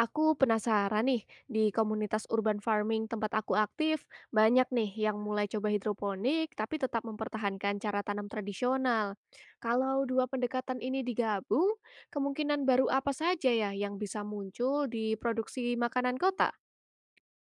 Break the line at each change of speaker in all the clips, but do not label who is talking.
Aku penasaran nih, di komunitas urban farming tempat aku aktif, banyak nih yang mulai coba hidroponik tapi tetap mempertahankan cara tanam tradisional. Kalau dua pendekatan ini digabung, kemungkinan baru apa saja ya yang bisa muncul di produksi makanan kota?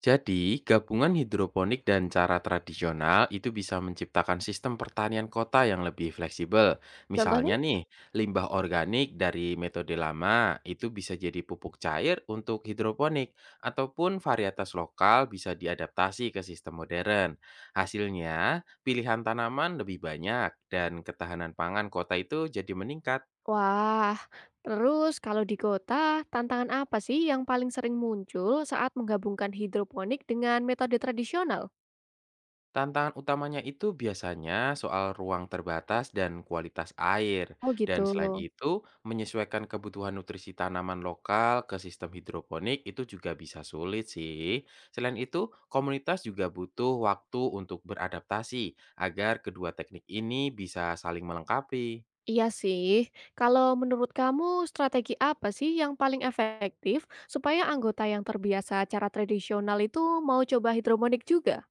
Jadi, gabungan hidroponik dan cara tradisional itu bisa menciptakan sistem pertanian kota yang lebih fleksibel.
Contohnya?
Misalnya nih, limbah organik dari metode lama itu bisa jadi pupuk cair untuk hidroponik, ataupun varietas lokal bisa diadaptasi ke sistem modern. Hasilnya, pilihan tanaman lebih banyak dan ketahanan pangan kota itu jadi meningkat.
Wah, terus kalau di kota, tantangan apa sih yang paling sering muncul saat menggabungkan hidroponik dengan metode tradisional?
Tantangan utamanya itu biasanya soal ruang terbatas dan kualitas air,
Oh gitu.
dan selain itu, menyesuaikan kebutuhan nutrisi tanaman lokal ke sistem hidroponik itu juga bisa sulit sih. Selain itu, komunitas juga butuh waktu untuk beradaptasi agar kedua teknik ini bisa saling melengkapi.
Iya sih. Kalau menurut kamu strategi apa sih yang paling efektif supaya anggota yang terbiasa cara tradisional itu mau coba hidroponik juga?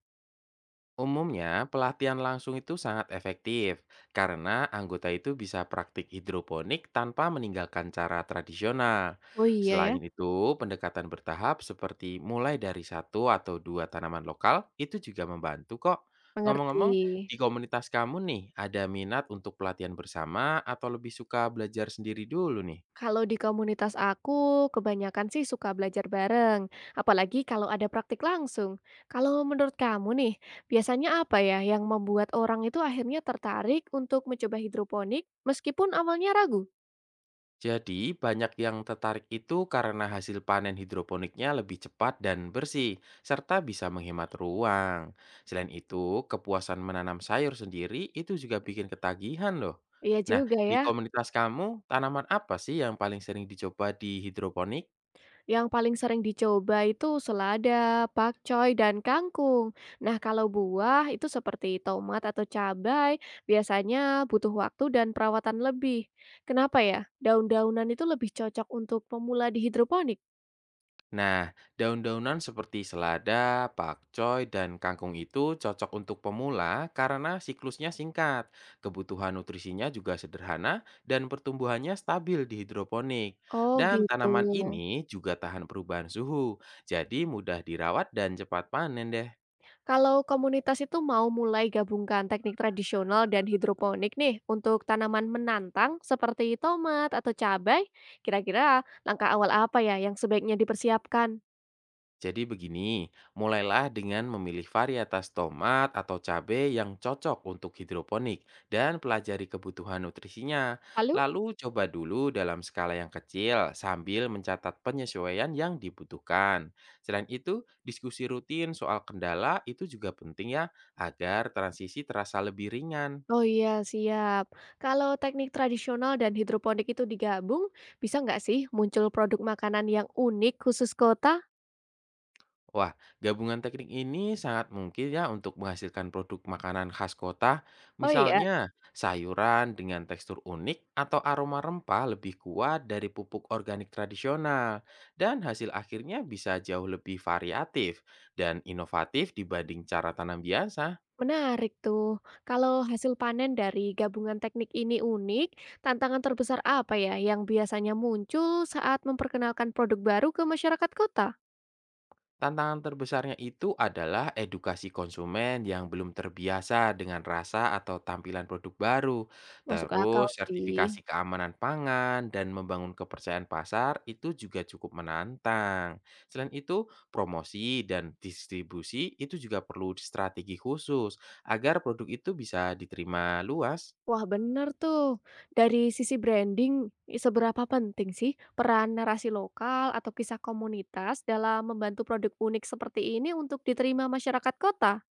Umumnya, pelatihan langsung itu sangat efektif karena anggota itu bisa praktik hidroponik tanpa meninggalkan cara tradisional.
Oh iya ya.
Selain itu, pendekatan bertahap seperti mulai dari satu atau dua tanaman lokal itu juga membantu kok.
Mengerti.
Ngomong-ngomong, di komunitas kamu nih, ada minat untuk pelatihan bersama atau lebih suka belajar sendiri dulu nih?
Kalau di komunitas aku, kebanyakan sih suka belajar bareng, apalagi kalau ada praktik langsung. Kalau menurut kamu nih, biasanya apa ya yang membuat orang itu akhirnya tertarik untuk mencoba hidroponik meskipun awalnya ragu?
Jadi, banyak yang tertarik itu karena hasil panen hidroponiknya lebih cepat dan bersih, serta bisa menghemat ruang. Selain itu, kepuasan menanam sayur sendiri itu juga bikin ketagihan loh.
Iya
Nah,
juga
di
ya.
komunitas kamu, tanaman apa sih yang paling sering dicoba di hidroponik?
Yang paling sering dicoba itu selada, pakcoy, dan kangkung. Nah, kalau buah itu seperti tomat atau cabai, biasanya butuh waktu dan perawatan lebih. Kenapa ya? Daun-daunan itu lebih cocok untuk pemula di hidroponik.
Nah, daun-daunan seperti selada, pakcoy, dan kangkung itu cocok untuk pemula karena siklusnya singkat, kebutuhan nutrisinya juga sederhana, dan pertumbuhannya stabil di hidroponik.
Oh
Dan
gitu.
tanaman ini juga tahan perubahan suhu, jadi mudah dirawat dan cepat panen deh.
Kalau komunitas itu mau mulai gabungkan teknik tradisional dan hidroponik nih untuk tanaman menantang seperti tomat atau cabai, kira-kira langkah awal apa ya yang sebaiknya dipersiapkan?
Jadi begini, mulailah dengan memilih varietas tomat atau cabai yang cocok untuk hidroponik dan pelajari kebutuhan nutrisinya.
Lalu.
Lalu coba dulu dalam skala yang kecil sambil mencatat penyesuaian yang dibutuhkan. Selain itu, diskusi rutin soal kendala itu juga penting ya agar transisi terasa lebih ringan.
Oh iya, siap. Kalau teknik tradisional dan hidroponik itu digabung, bisa nggak sih muncul produk makanan yang unik khusus kota?
Wah, gabungan teknik ini sangat mungkin ya untuk menghasilkan produk makanan khas kota,
Oh iya,
misalnya sayuran dengan tekstur unik atau aroma rempah lebih kuat dari pupuk organik tradisional. Dan hasil akhirnya bisa jauh lebih variatif dan inovatif dibanding cara tanam biasa.
menarik tuh. Kalau hasil panen dari gabungan teknik ini unik, tantangan terbesar apa ya yang biasanya muncul saat memperkenalkan produk baru ke masyarakat kota?
Tantangan terbesarnya itu adalah edukasi konsumen yang belum terbiasa dengan rasa atau tampilan produk baru.
Masuk akal
Terus
sih.
sertifikasi keamanan pangan dan membangun kepercayaan pasar itu juga cukup menantang. Selain itu, promosi dan distribusi itu juga perlu strategi khusus agar produk itu bisa diterima luas.
Wah, bener tuh. Dari sisi branding, seberapa penting sih peran narasi lokal atau kisah komunitas dalam membantu produk unik seperti ini untuk diterima masyarakat kota?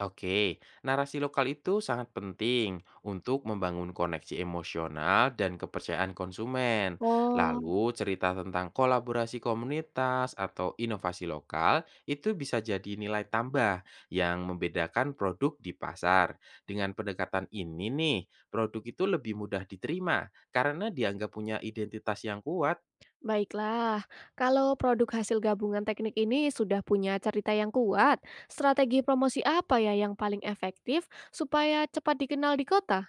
Oke, narasi lokal itu sangat penting untuk membangun koneksi emosional dan kepercayaan konsumen.
Oh,
Lalu, cerita tentang kolaborasi komunitas atau inovasi lokal itu bisa jadi nilai tambah yang membedakan produk di pasar. Dengan pendekatan ini nih, produk itu lebih mudah diterima karena dianggap punya identitas yang kuat.
baiklah. Kalau produk hasil gabungan teknik ini sudah punya cerita yang kuat, strategi promosi apa ya yang paling efektif supaya cepat dikenal di kota?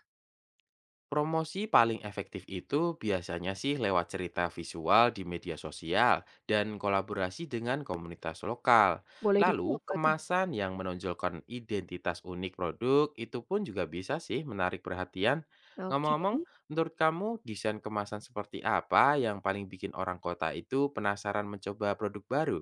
Promosi paling efektif itu biasanya sih lewat cerita visual di media sosial dan kolaborasi dengan komunitas lokal.
Boleh
Lalu,
dicoba tuh.
kemasan yang menonjolkan identitas unik produk itu pun juga bisa sih menarik perhatian.
Oke.
Ngomong-ngomong, menurut kamu desain kemasan seperti apa yang paling bikin orang kota itu penasaran mencoba produk baru?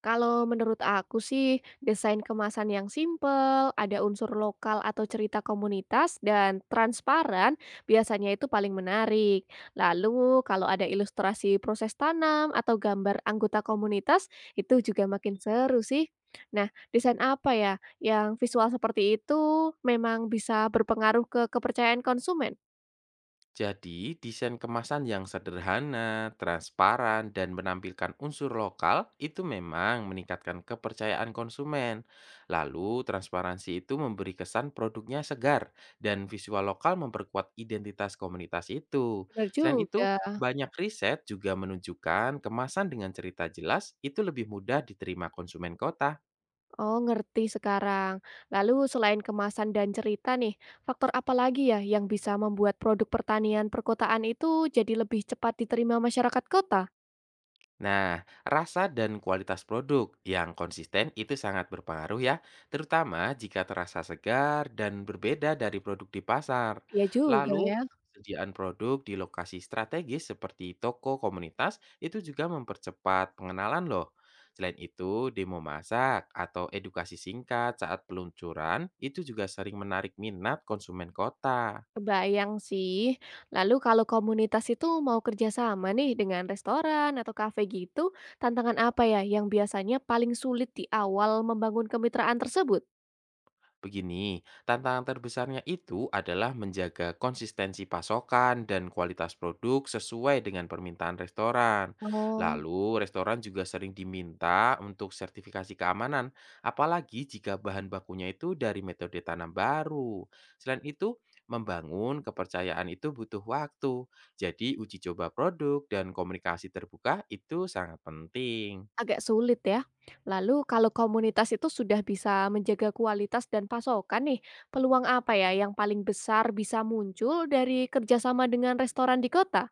Kalau menurut aku sih, desain kemasan yang simpel, ada unsur lokal atau cerita komunitas, dan transparan biasanya itu paling menarik. Lalu, kalau ada ilustrasi proses tanam atau gambar anggota komunitas, itu juga makin seru sih. Nah, desain apa ya yang visual seperti itu memang bisa berpengaruh ke kepercayaan konsumen?
Jadi, desain kemasan yang sederhana, transparan, dan menampilkan unsur lokal itu memang meningkatkan kepercayaan konsumen. Lalu, transparansi itu memberi kesan produknya segar dan visual lokal memperkuat identitas komunitas itu.
Benar
Selain
juga.
itu, banyak riset juga menunjukkan kemasan dengan cerita jelas itu lebih mudah diterima konsumen kota.
Oh, ngerti sekarang. Lalu selain kemasan dan cerita nih, faktor apa lagi ya yang bisa membuat produk pertanian perkotaan itu jadi lebih cepat diterima masyarakat kota?
Nah, rasa dan kualitas produk yang konsisten itu sangat berpengaruh ya, terutama jika terasa segar dan berbeda dari produk di pasar.
Ya juga
Lalu,
ya.
persediaan produk di lokasi strategis seperti toko komunitas itu juga mempercepat pengenalan loh. Selain itu, demo masak atau edukasi singkat saat peluncuran itu juga sering menarik minat konsumen kota.
Kebayang sih. Lalu kalau komunitas itu mau kerjasama nih dengan restoran atau kafe gitu, tantangan apa ya yang biasanya paling sulit di awal membangun kemitraan tersebut?
Begini, tantangan terbesarnya itu adalah menjaga konsistensi pasokan dan kualitas produk sesuai dengan permintaan restoran.
Oh.
Lalu, restoran juga sering diminta untuk sertifikasi keamanan, apalagi jika bahan bakunya itu dari metode tanam baru. Selain itu, membangun kepercayaan itu butuh waktu. Jadi, uji coba produk dan komunikasi terbuka itu sangat penting.
Agak sulit ya. Lalu kalau komunitas itu sudah bisa menjaga kualitas dan pasokan nih, peluang apa ya yang paling besar bisa muncul dari kerjasama dengan restoran di kota?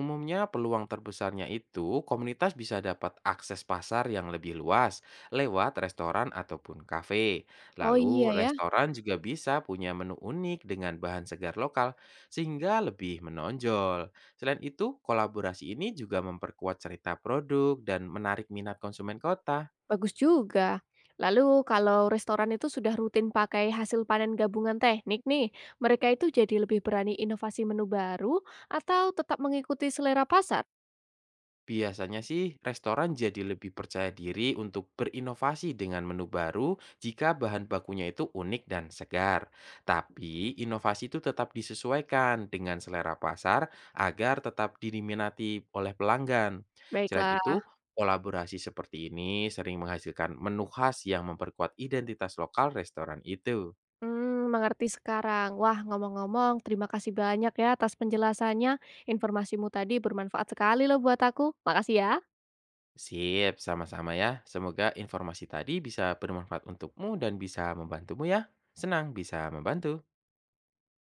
Umumnya peluang terbesarnya itu komunitas bisa dapat akses pasar yang lebih luas lewat restoran ataupun kafe.
Oh
Lalu
iya ya,
restoran juga bisa punya menu unik dengan bahan segar lokal sehingga lebih menonjol. Selain itu, kolaborasi ini juga memperkuat cerita produk dan menarik minat konsumen kota.
bagus juga. Lalu kalau restoran itu sudah rutin pakai hasil panen gabungan teknik nih, mereka itu jadi lebih berani inovasi menu baru atau tetap mengikuti selera pasar?
Biasanya sih, restoran jadi lebih percaya diri untuk berinovasi dengan menu baru jika bahan bakunya itu unik dan segar. Tapi, inovasi itu tetap disesuaikan dengan selera pasar agar tetap diminati oleh pelanggan. Selain
Baiklah.
itu, kolaborasi seperti ini sering menghasilkan menu khas yang memperkuat identitas lokal restoran itu.
Hmm, mengerti sekarang. Wah, ngomong-ngomong, terima kasih banyak ya atas penjelasannya. Informasimu tadi bermanfaat sekali loh buat aku. Makasih ya.
Sip, sama-sama ya. Semoga informasi tadi bisa bermanfaat untukmu dan bisa membantumu ya. Senang bisa membantu.